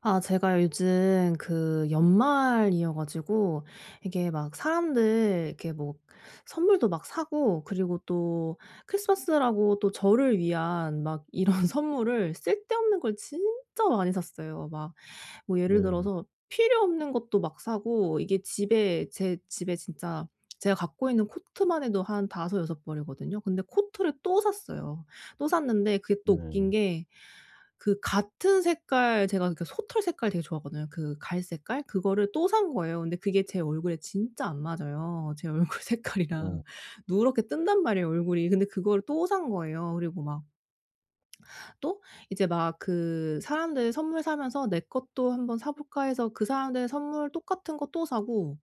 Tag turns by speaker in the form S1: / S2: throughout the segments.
S1: 아, 제가 요즘 그 연말이어 가지고 이게 막 사람들 이렇게 뭐 선물도 막 사고, 그리고 또 크리스마스라고 또 저를 위한 막 이런 선물을, 쓸데없는 걸 진짜 많이 샀어요. 막 뭐 예를
S2: 네.
S1: 들어서 필요 없는 것도 막 사고, 이게 집에 제 집에 진짜, 제가 갖고 있는 코트만 해도 한 다섯, 여섯 벌이거든요. 근데 코트를 또 샀어요. 또 샀는데 그게 또 웃긴
S2: 네.
S1: 게, 그 같은 색깔, 제가 그 솜털 색깔 되게 좋아하거든요. 그 갈색깔, 그거를 또 산 거예요. 근데 그게 제 얼굴에 진짜 안 맞아요. 제 얼굴 색깔이랑
S2: 네.
S1: 누렇게 뜬단 말이에요, 얼굴이. 근데 그거를 또 산 거예요. 그리고 막 또 이제 막 그 사람들 선물 사면서 '내 것도 한번 사 볼까?' 해서 그 사람들 선물 똑같은 거 또 사고,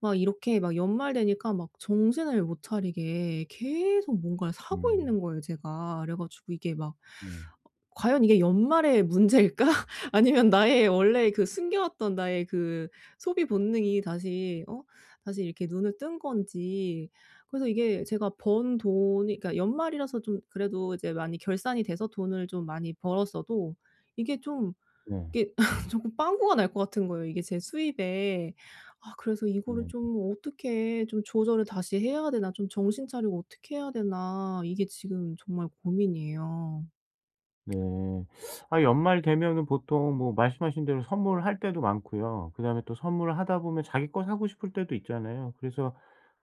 S1: 막 이렇게 막 연말 되니까 막 정신을 못 차리게 계속 뭔가를 사고
S2: 음.
S1: 있는 거예요, 제가. 그래 가지고 이게 막,
S2: 네.
S1: '과연 이게 연말의 문제일까? 아니면 나의 원래 그 숨겨왔던 나의 그 소비 본능이 다시 이렇게 눈을 뜬 건지.' 그래서 이게 제가 번 돈이, 그러니까 연말이라서 좀 그래도 이제 많이 결산이 돼서 돈을 좀 많이 벌었어도 이게 좀
S2: 네.
S1: 이게 조금 빵꾸가 날 것 같은 거예요, 이게 제 수입에. 아, 그래서 이거를
S2: 네.
S1: 좀 어떻게 좀 조절을 다시 해야 되나, 좀 정신 차리고 어떻게 해야 되나, 이게 지금 정말 고민이에요.
S2: 네. 아, 연말 되면은 보통 뭐 말씀하신 대로 선물할 때도 많고요. 그다음에 또 선물을 하다 보면 자기 거 사고 싶을 때도 있잖아요. 그래서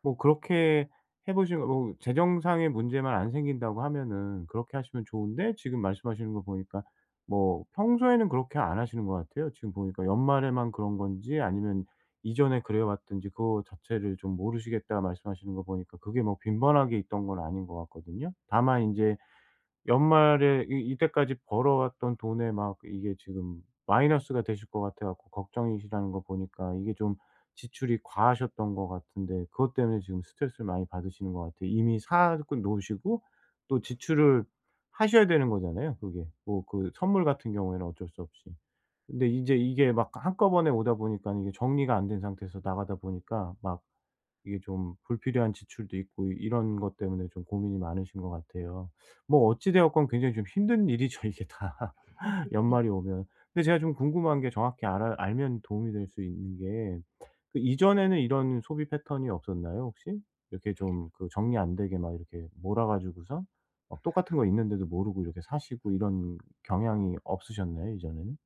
S2: 뭐 그렇게 해 보신 뭐 재정상의 문제만 안 생긴다고 하면은 그렇게 하시면 좋은데, 지금 말씀하시는 거 보니까 뭐 평소에는 그렇게 안 하시는 것 같아요. 지금 보니까 연말에만 그런 건지 아니면 이전에 그래 왔든지 그거 자체를 좀 모르시겠다 말씀하시는 거 보니까 그게 뭐 빈번하게 있던 건 아닌 것 같거든요. 다만 인제 연말에 이 이때까지 벌어왔던 돈에 막 이게 지금 마이너스가 되실 것 같아 갖고 걱정이시라는 거 보니까 이게 좀 지출이 과하셨던 것 같은데, 그것 때문에 지금 스트레스를 많이 받으시는 것 같아요. 이미 사고 놓으시고 또 지출을 하셔야 되는 거잖아요 그게. 뭐 그 선물 같은 경우에는 어쩔 수 없이. 근데 이제 이게 막 한꺼번에 오다 보니까 이게 정리가 안 된 상태에서 나가다 보니까 막 이게 좀 불필요한 지출도 있고 이런 것 때문에 좀 고민이 많으신 것 같아요. 뭐 어찌 되었건 굉장히 좀 힘든 일이죠 이게 다 연말이 오면. 근데 제가 좀 궁금한 게, 정확히 알아 알면 도움이 될 수 있는 게, 그 이전에는 이런 소비 패턴이 없었나요 혹시? 이렇게 좀 그 정리 안 되게 막 이렇게 몰아 가지고서 막 똑같은 거 있는데도 모르고 이렇게 사시고 이런 경향이 없으셨나요 이전에는?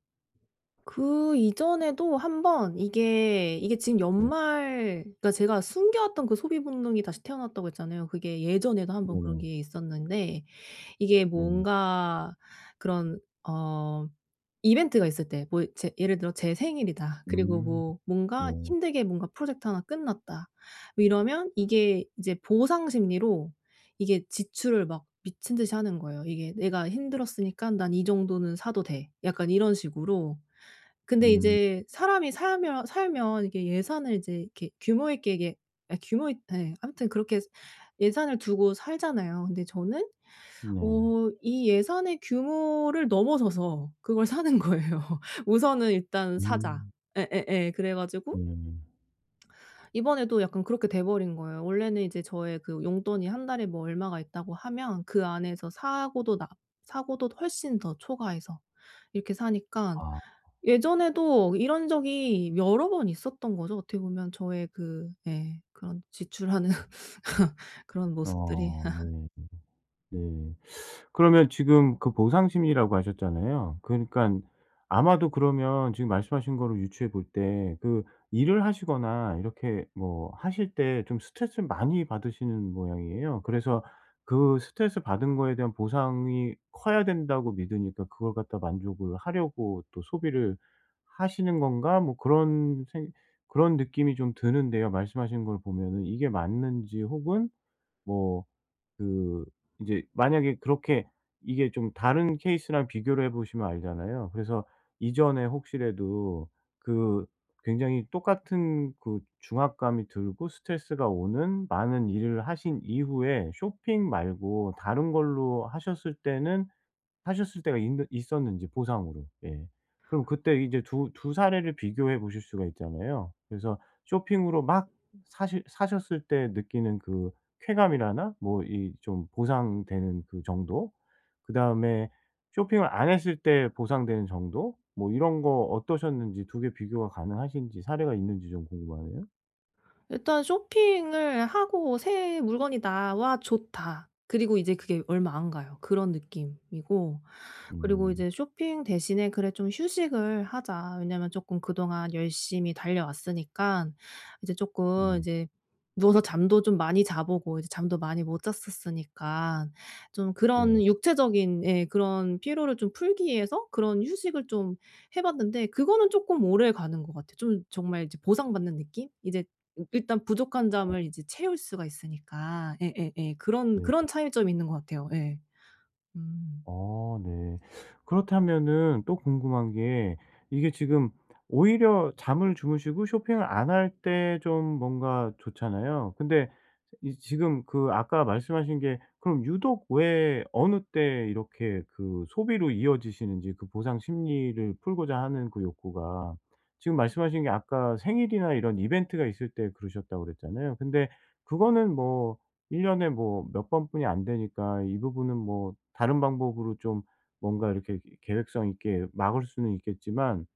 S1: 그 이전에도 한 번, 이게 지금
S2: 네.
S1: 연말, 그러니까 제가 숨겨왔던 그 소비 본능이 다시 태어났다고 했잖아요. 그게 예전에도 한 번 그런
S2: 네네.
S1: 게 있었는데, 이게
S2: 네.
S1: 뭔가 그런 어 이벤트가 있을 때 뭐 제 예를 들어 제 생일이다. 그리고
S2: 음.
S1: 뭐 뭔가
S2: 네.
S1: 힘들게 뭔가 프로젝트 하나 끝났다. 뭐 이러면 이게 이제 보상 심리로 이게 지출을 막 미친 듯이 하는 거예요. 이게, '내가 힘들었으니깐 난 이 정도는 사도 돼.' 약간 이런 식으로. 근데
S2: 음.
S1: 이제 사람이 살면 이게 예산을 이제 이렇게 규모 있게, 이게, 아, 규모 있 예, 아무튼 그렇게 예산을 두고 살잖아요. 근데 저는
S2: 네.
S1: 이 예산의 규모를 넘어서서 그걸 사는 거예요. 우선은 일단 사자.
S2: 음.
S1: 예예예. 그래 가지고
S2: 네.
S1: 이번에도 약간 그렇게 돼 버린 거예요. 원래는 이제 저의 그 용돈이 한 달에 뭐 얼마가 있다고 하면 그 안에서 사고도 훨씬 더 초과해서 이렇게 사니까,
S2: 아.
S1: 예전에도 이런 적이 여러 번 있었던 거죠. 어떻게 보면 저의 그, 예, 그런 지출하는 그런 모습들이.
S2: 어, 네. 네. 그러면 지금 그 보상 심리라고 하셨잖아요. 그러니깐 아마도 그러면 지금 말씀하신 거로 유추해 볼 때, 그 일을 하시거나 이렇게 뭐 하실 때 좀 스트레스를 많이 받으시는 모양이에요. 그래서 그 스트레스 받은 거에 대한 보상이 커야 된다고 믿으니까 그걸 갖다 만족을 하려고 또 소비를 하시는 건가, 뭐 그런 느낌이 좀 드는데요. 말씀하신 걸 보면은 이게 맞는지 혹은 뭐 그 이제 만약에 그렇게 이게 좀 다른 케이스랑 비교를 해 보시면 알잖아요. 그래서 이전에 혹시라도 그 굉장히 똑같은 그 중압감이 들고 스트레스가 오는 많은 일을 하신 이후에 쇼핑 말고 다른 걸로 하셨을 때는 하셨을 때가 있 있었는지, 보상으로. 예. 그럼 그때 이제 두 사례를 비교해 보실 수가 있잖아요. 그래서 쇼핑으로 막 사실 사셨을 때 느끼는 그 쾌감이라나 뭐 이 좀 보상되는 그 정도, 그다음에 쇼핑을 안 했을 때 보상되는 정도, 뭐 이런 거 어떠셨는지, 두 개 비교가 가능하신지 사례가 있는지 좀 궁금하네요.
S1: 일단 쇼핑을 하고 '새 물건이 나와 좋다.' 그리고 이제 그게 얼마 안 가요, 그런 느낌이고. 그리고
S2: 음.
S1: 이제 쇼핑 대신에 '그래, 좀 휴식을 하자.' 왜냐면 조금 그동안 열심히 달려왔으니까 이제
S2: 네.
S1: 조금 이제 누워서 잠도 좀 많이 자 보고, 이제 잠도 많이 못 잤었으니까 좀 그런
S2: 네.
S1: 육체적인, 예, 그런 피로를 좀 풀기 위해서 그런 휴식을 좀 해 봤는데, 그거는 조금 오래가는 것 같아요. 좀 정말 이제 보상받는 느낌? 이제 일단 부족한
S2: 아
S1: 점을 이제 채울 수가 있으니까. 예예예. 그런
S2: 네.
S1: 그런 차이점이 있는 것 같아요. 예. 음.
S2: 어, 네. 그렇다면은 또 궁금한 게, 이게 지금 오히려 잠을 주무시고 쇼핑을 안 할 때 좀 뭔가 좋잖아요. 근데 이 지금 그 아까 말씀하신 게, 그럼 유독 왜 어느 때 이렇게 그 소비로 이어지시는지, 그 보상 심리를 풀고자 하는 그 욕구가, 지금 말씀하신 게 아까 생일이나 이런 이벤트가 있을 때 그러셨다고 그랬잖아요. 근데 그거는 뭐 1년 년에 뭐 몇 번뿐이 안 되니까 이 부분은 뭐 다른 방법으로 좀 뭔가 이렇게 계획성 있게 막을 수는 있겠지만,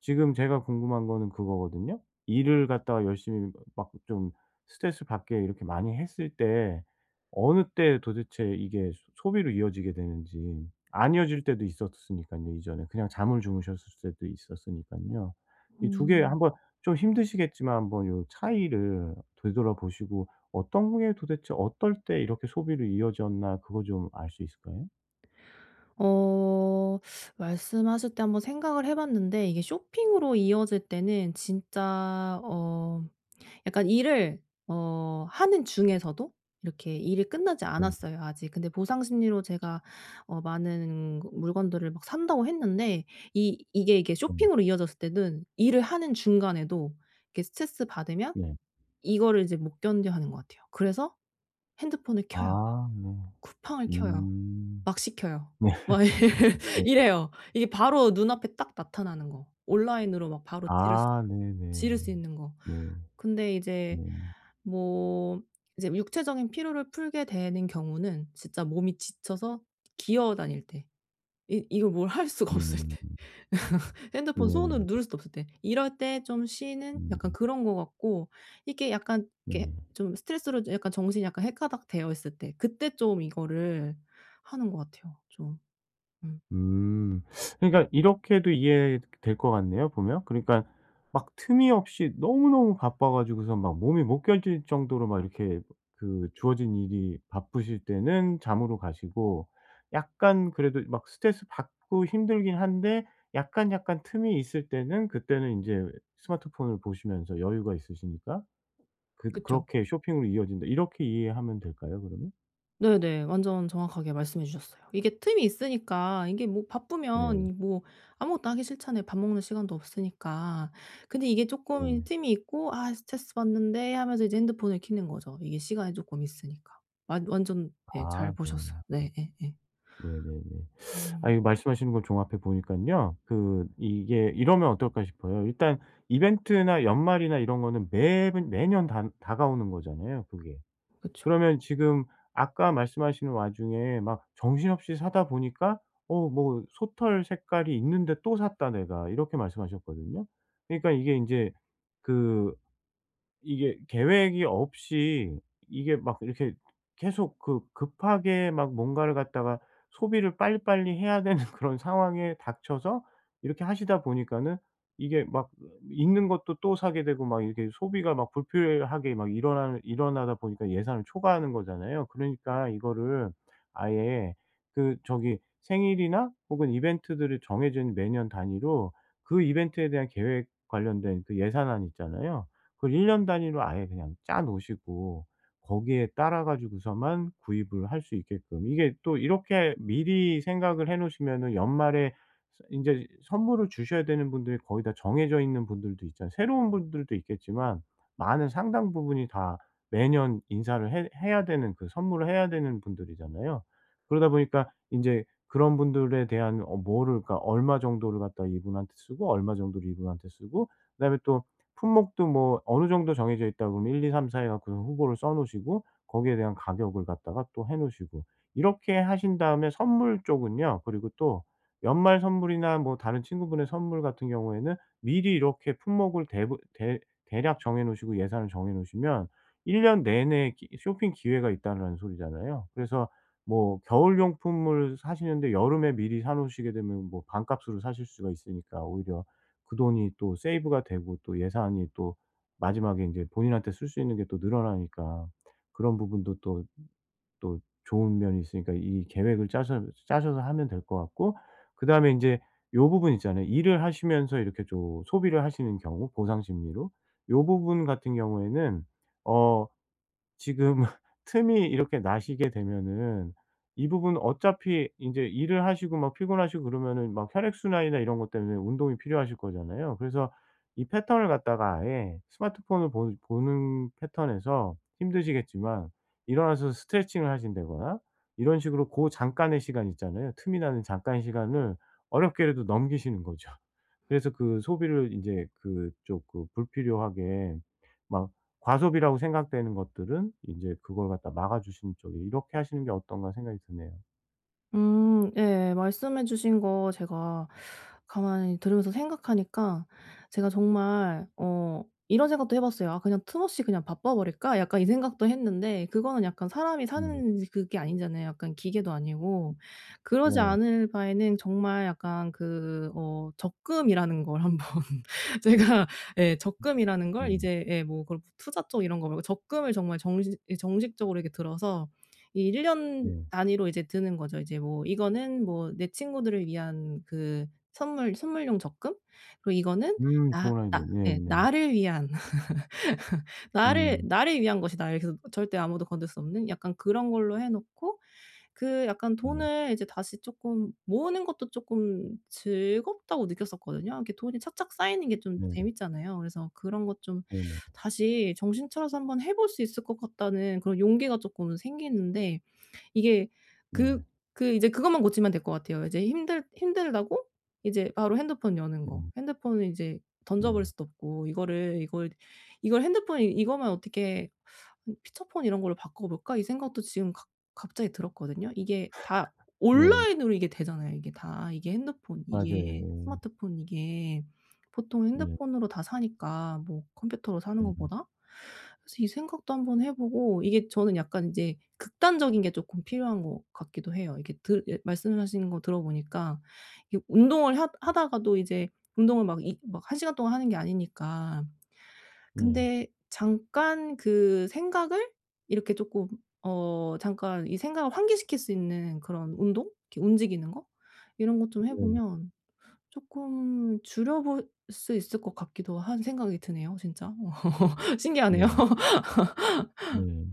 S2: 지금 제가 궁금한 거는 그거거든요. 일을 갖다가 열심히 막 좀 스트레스 받게 이렇게 많이 했을 때 어느 때 도대체 이게 소 소비로 이어지게 되는지. 안 이어질 때도 있었으니까요 이전에. 그냥 잠을 주무셨을 때도 있었으니까요. 이 두 개
S1: 음.
S2: 한번, 좀 힘드시겠지만 한번 요 차이를 되돌아보시고 어떤 게 도대체 어떨 때 이렇게 소비로 이어졌나, 그거 좀 알 수 있을까요?
S1: 어 말씀하실 때 한번 생각을 해 봤는데, 이게 쇼핑으로 이어질 때는 진짜, 약간 일을 하는 중에서도 이렇게 일이 끝나지
S2: 네.
S1: 않았어요, 아직. 근데 보상 심리로 제가 많은 물건들을 막 산다고 했는데, 이게
S2: 네. 음.
S1: 쇼핑으로 이어졌을 때는 일을 하는 중간에도 이렇게 스트레스 받으면
S2: 네.
S1: 이거를 이제 못 견뎌 하는 것 같아요. 그래서 핸드폰을 켜요.
S2: 아 네.
S1: 쿠팡을 켜요.
S2: 음.
S1: 막 시켜요.
S2: 네.
S1: 막
S2: 네.
S1: 이래요. 이게 바로 눈앞에 딱 나타나는 거. 온라인으로 막 바로 지를 수
S2: 아
S1: 지를
S2: 네네네.
S1: 수 있는 거.
S2: 네.
S1: 근데 이제,
S2: 네.
S1: 뭐, 이제 육체적인 피로를 풀게 되는 경우는 진짜 몸이 지쳐서 기어 다닐 때. 이 이걸 뭘 할 수가 없을
S2: 음.
S1: 때. 핸드폰 손으로
S2: 네네.
S1: 누를 수도 없을 때. 이럴 때 좀 쉬는 약간
S2: 음.
S1: 그런 것 같고, 이게 약간
S2: 네.
S1: 이렇게 좀 스트레스로 좀 약간 정신이 약간 해가닥 되어 있을 때 그때 좀 이거를 하는 것 같아요, 좀. 음.
S2: 음. 그러니까 이렇게도 이해될 것 같네요 보면. 그러니까 막 틈이 없이 너무너무 바빠 가지고서 막 몸이 못 견딜 정도로 막 이렇게 그 주어진 일이 바쁘실 때는 잠으로 가시고, 약간 그래도 막 스트레스 받고 힘들긴 한데 약간 틈이 있을 때는 그때는 이제 스마트폰을 보시면서 여유가 있으시니까
S1: 그쵸.
S2: 그렇게 쇼핑으로 이어진다. 이렇게 이해하면 될까요 그러면?
S1: 네네. 완전 정확하게 말씀해 주셨어요. 이게 틈이 있으니까, 이게 뭐 바쁘면,
S2: 네.
S1: 이 뭐 아무것도 하기 싫잖아요. 밥 먹는 시간도 없으니까. 근데 이게 쪼끔 이
S2: 네.
S1: 틈이 있고, '아, 스트레스 받는데.' 하면서 이제 핸드폰을 켜는 거죠. 이게 시간이 쪼끔 있으니까. 완 완전 네 잘
S2: 아 네.
S1: 보셨어요. 네, 예예.
S2: 네네네. 아,
S1: 음.
S2: 이 말씀하시는 걸 종합해 보니까요 그 이게 이러면 어떨까 싶어요. 일단 이벤트나 연말이나 이런 거는 매분 매년 다 다가오는 거잖아요 그게.
S1: 그쵸.
S2: 그러면 지금 아까 말씀하시는 와중에 막 정신없이 사다 보니까 어 뭐 "솥털 색깔이 있는데 또 샀다 내가." 이렇게 말씀하셨거든요. 그러니까 이게 이제그 이게 계획이 없이 이게 막 이렇게 계속 그 급하게 막 뭔가를 갖다가 소비를 빨리빨리 해야 되는 그런 상황에 닥쳐서 이렇게 하시다 보니까는 이게 막 있는 것도 또 사게 되고 막 이렇게 소비가 막 불필요하게 막 일어나다 보니까 예산을 초과하는 거잖아요. 그러니까 이거를 아예 그 저기 생일이나 혹은 이벤트들을 정해진 매년 단위로 그 이벤트에 대한 계획 관련된 그 예산안 있잖아요. 그걸 1년 년 단위로 아예 그냥 짜 놓으시고 거기에 따라 가지고서만 구입을 할 수 있게끔 이게 또 이렇게 미리 생각을 해 놓으시면은 연말에 서 인제 선물을 주셔야 되는 분들이 거의 다 정해져 있는 분들도 있잖아요. 새로운 분들도 있겠지만 많은 상당 부분이 다 매년 인사를 해 해야 되는 그 선물을 해야 되는 분들이잖아요. 그러다 보니까 인제 그런 분들에 대한 어 뭐를, 그러니까 얼마 정도를 갖다가 이분한테 쓰고 얼마 정도를 이분한테 쓰고 그다음에 또 품목도 뭐 어느 정도 정해져 있다 그러면 1, 2, 3, 4 해 갖고 후보를 써 놓으시고 거기에 대한 가격을 갖다가 또 해 놓으시고, 이렇게 하신 다음에 선물 쪽은요. 그리고 또 연말 선물이나 뭐 다른 친구분의 선물 같은 경우에는 미리 이렇게 품목을 대부 대 대략 정해 놓으시고 예산을 정해 놓으시면 1년 내내 기 쇼핑 기회가 있다는 소리잖아요. 그래서 뭐 겨울 용품을 사시는데 여름에 미리 사 놓으시게 되면 뭐 반값으로 사실 수가 있으니까, 오히려 그 돈이 또 세이브가 되고 또 예산이 또 마지막에 인제 본인한테 쓸 수 있는 게 또 늘어나니까 그런 부분도 또, 또 좋은 면이 있으니까 이 계획을 짜셔서 하면 될 것 같고, 그다음에 인제 요 부분 있잖아요. 일을 하시면서 이렇게 좀 소비를 하시는 경우 보상 심리로. 요 부분 같은 경우에는 어 지금 틈이 이렇게 나시게 되면은 이 부분 어차피 이제 일을 하시고 막 피곤하시고 그러면은 막 혈액순환이나 이런 것 때문에 운동이 필요하실 거잖아요. 그래서 이 패턴을 갖다가 아예 스마트폰을 보 보는 패턴에서 힘드시겠지만 일어나서 스트레칭을 하신다거나 이런 식으로 고 잠깐의 시간 있잖아요. 틈이 나는 잠깐 시간을 어렵게라도 넘기시는 거죠. 그래서 그 소비를 이제 그쪽 그 불필요하게 막 과소비라고 생각되는 것들은 인제 그걸 갖다 막아 주시는 쪽에 이렇게 하시는 게 어떤가 생각이 드네요.
S1: 음. 예, 말씀해 주신 거 제가 가만히 들으면서 생각하니까 제가 정말, 이런 생각도 해 봤어요. '아, 그냥 틈없이 그냥 바빠 버릴까?' 약간 이 생각도 했는데, 그거는 약간 사람이
S2: 네.
S1: 사는 그게 아니잖아요. 약간 기계도 아니고. 그러지
S2: 네.
S1: 않을 바에는 정말 약간 그 적금이라는 걸 한번 제가, 예, 적금이라는 걸
S2: 네.
S1: 이제, 예, 뭐 그런 투자 쪽 이런 거 말고 적금을 정말 정식적으로 이렇게 들어서 이 1년 년
S2: 네.
S1: 단위로 이제 드는 거죠. 이제 뭐 이거는 뭐 내 친구들을 위한 그 선물용 적금. 그리고 이거는
S2: 음,
S1: 나
S2: 좋은
S1: 나
S2: 아이디어.
S1: 예,
S2: 네네.
S1: 나를 위한 나를
S2: 음.
S1: 나를 위한 것이다. 이렇게 해서 절대 아무도 건들 수 없는 약간 그런 걸로 해 놓고, 그 약간
S2: 네.
S1: 돈을 이제 다시 조금 모으는 것도 조금 즐겁다고 느꼈었거든요. 이렇게 돈이 착착 쌓이는 게 좀
S2: 네.
S1: 재밌잖아요. 그래서 그런 것 좀
S2: 네네.
S1: 다시 정신 차려서 한번 해볼 수 있을 것 같다는 그런 용기가 조금 생기는데, 이게 그
S2: 네.
S1: 그 이제 그것만 고치면 될 것 같아요. 이제 힘들다고 이제 바로 핸드폰 여는
S2: 네.
S1: 거.
S2: 네.
S1: 핸드폰을 이제 던져 버릴
S2: 네.
S1: 수도 없고, 이거를 이걸 핸드폰이 이거만 어떻게, '아니, 피처폰 이런 걸로 바꿔볼까?' 이 생각도 지금 갑 갑자기 들었거든요. 이게 다
S2: 네.
S1: 온라인으로 이게 되잖아요. 이게 다 이게 핸드폰, 이게
S2: 맞아요.
S1: 스마트폰, 이게 보통
S2: 예. 네.
S1: 핸드폰으로 다 사니까, 뭐 컴퓨터로 사는
S2: 네.
S1: 것보다. 그래서 이 생각도 한번 해 보고, 이게 저는 약간 인제 극단적인 게 쪼끔 필요한 것 같기도 해요. 이게 들 예, 말씀하시는 거 들어보니까 이게 운동을 하 하다가도 이제 운동을 막 이 막 한 시간 동안 하는 게 아니니까,
S2: 네.
S1: 근데 잠깐 그 생각을 이렇게 쪼끔, 잠깐 이 생각을 환기시킬 수 있는 그런 운동? 이렇게 움직이는 거? 이런 것 좀 해
S2: 네네.
S1: 보면 쪼끔 줄여 볼 수 있을 것 같기도 한 생각이 드네요, 진짜. 신기하네요.
S2: 네. 네.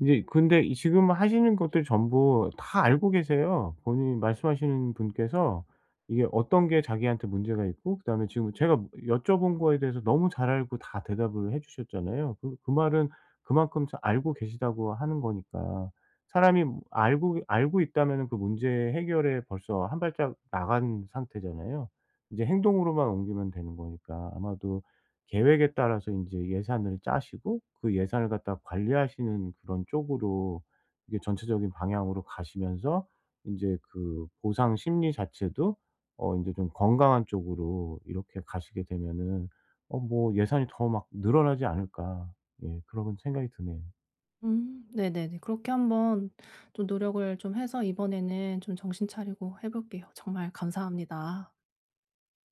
S2: 이제 근데 이 지금 하시는 것들 전부 다 알고 계세요. 본인이 말씀하시는 분께서 이게 어떤 게 자기한테 문제가 있고, 그다음에 지금 제가 여쭤본 거에 대해서 너무 잘 알고 다 대답을 해 주셨잖아요. 그 그 말은 그만큼 잘 알고 계시다고 하는 거니까. 사람이 알고 있다면은 그 문제 해결에 벌써 한 발짝 나간 상태잖아요. 이제 행동으로만 옮기면 되는 거니까, 아마도 계획에 따라서 인제 예산을 짜시고 그 예산을 갖다가 관리하시는 그런 쪽으로 이게 전체적인 방향으로 가시면서 인제 그 보상 심리 자체도 어 인제 좀 건강한 쪽으로 이렇게 가시게 되면은 어 뭐 '예산이 더 막 늘어나지 않을까.' 예, 그런 생각이 드네요.
S1: 음, 네네네. 그렇게 한번 좀 노력을 좀 해서 이번에는 좀 정신 차리고 해 볼게요. 정말 감사합니다.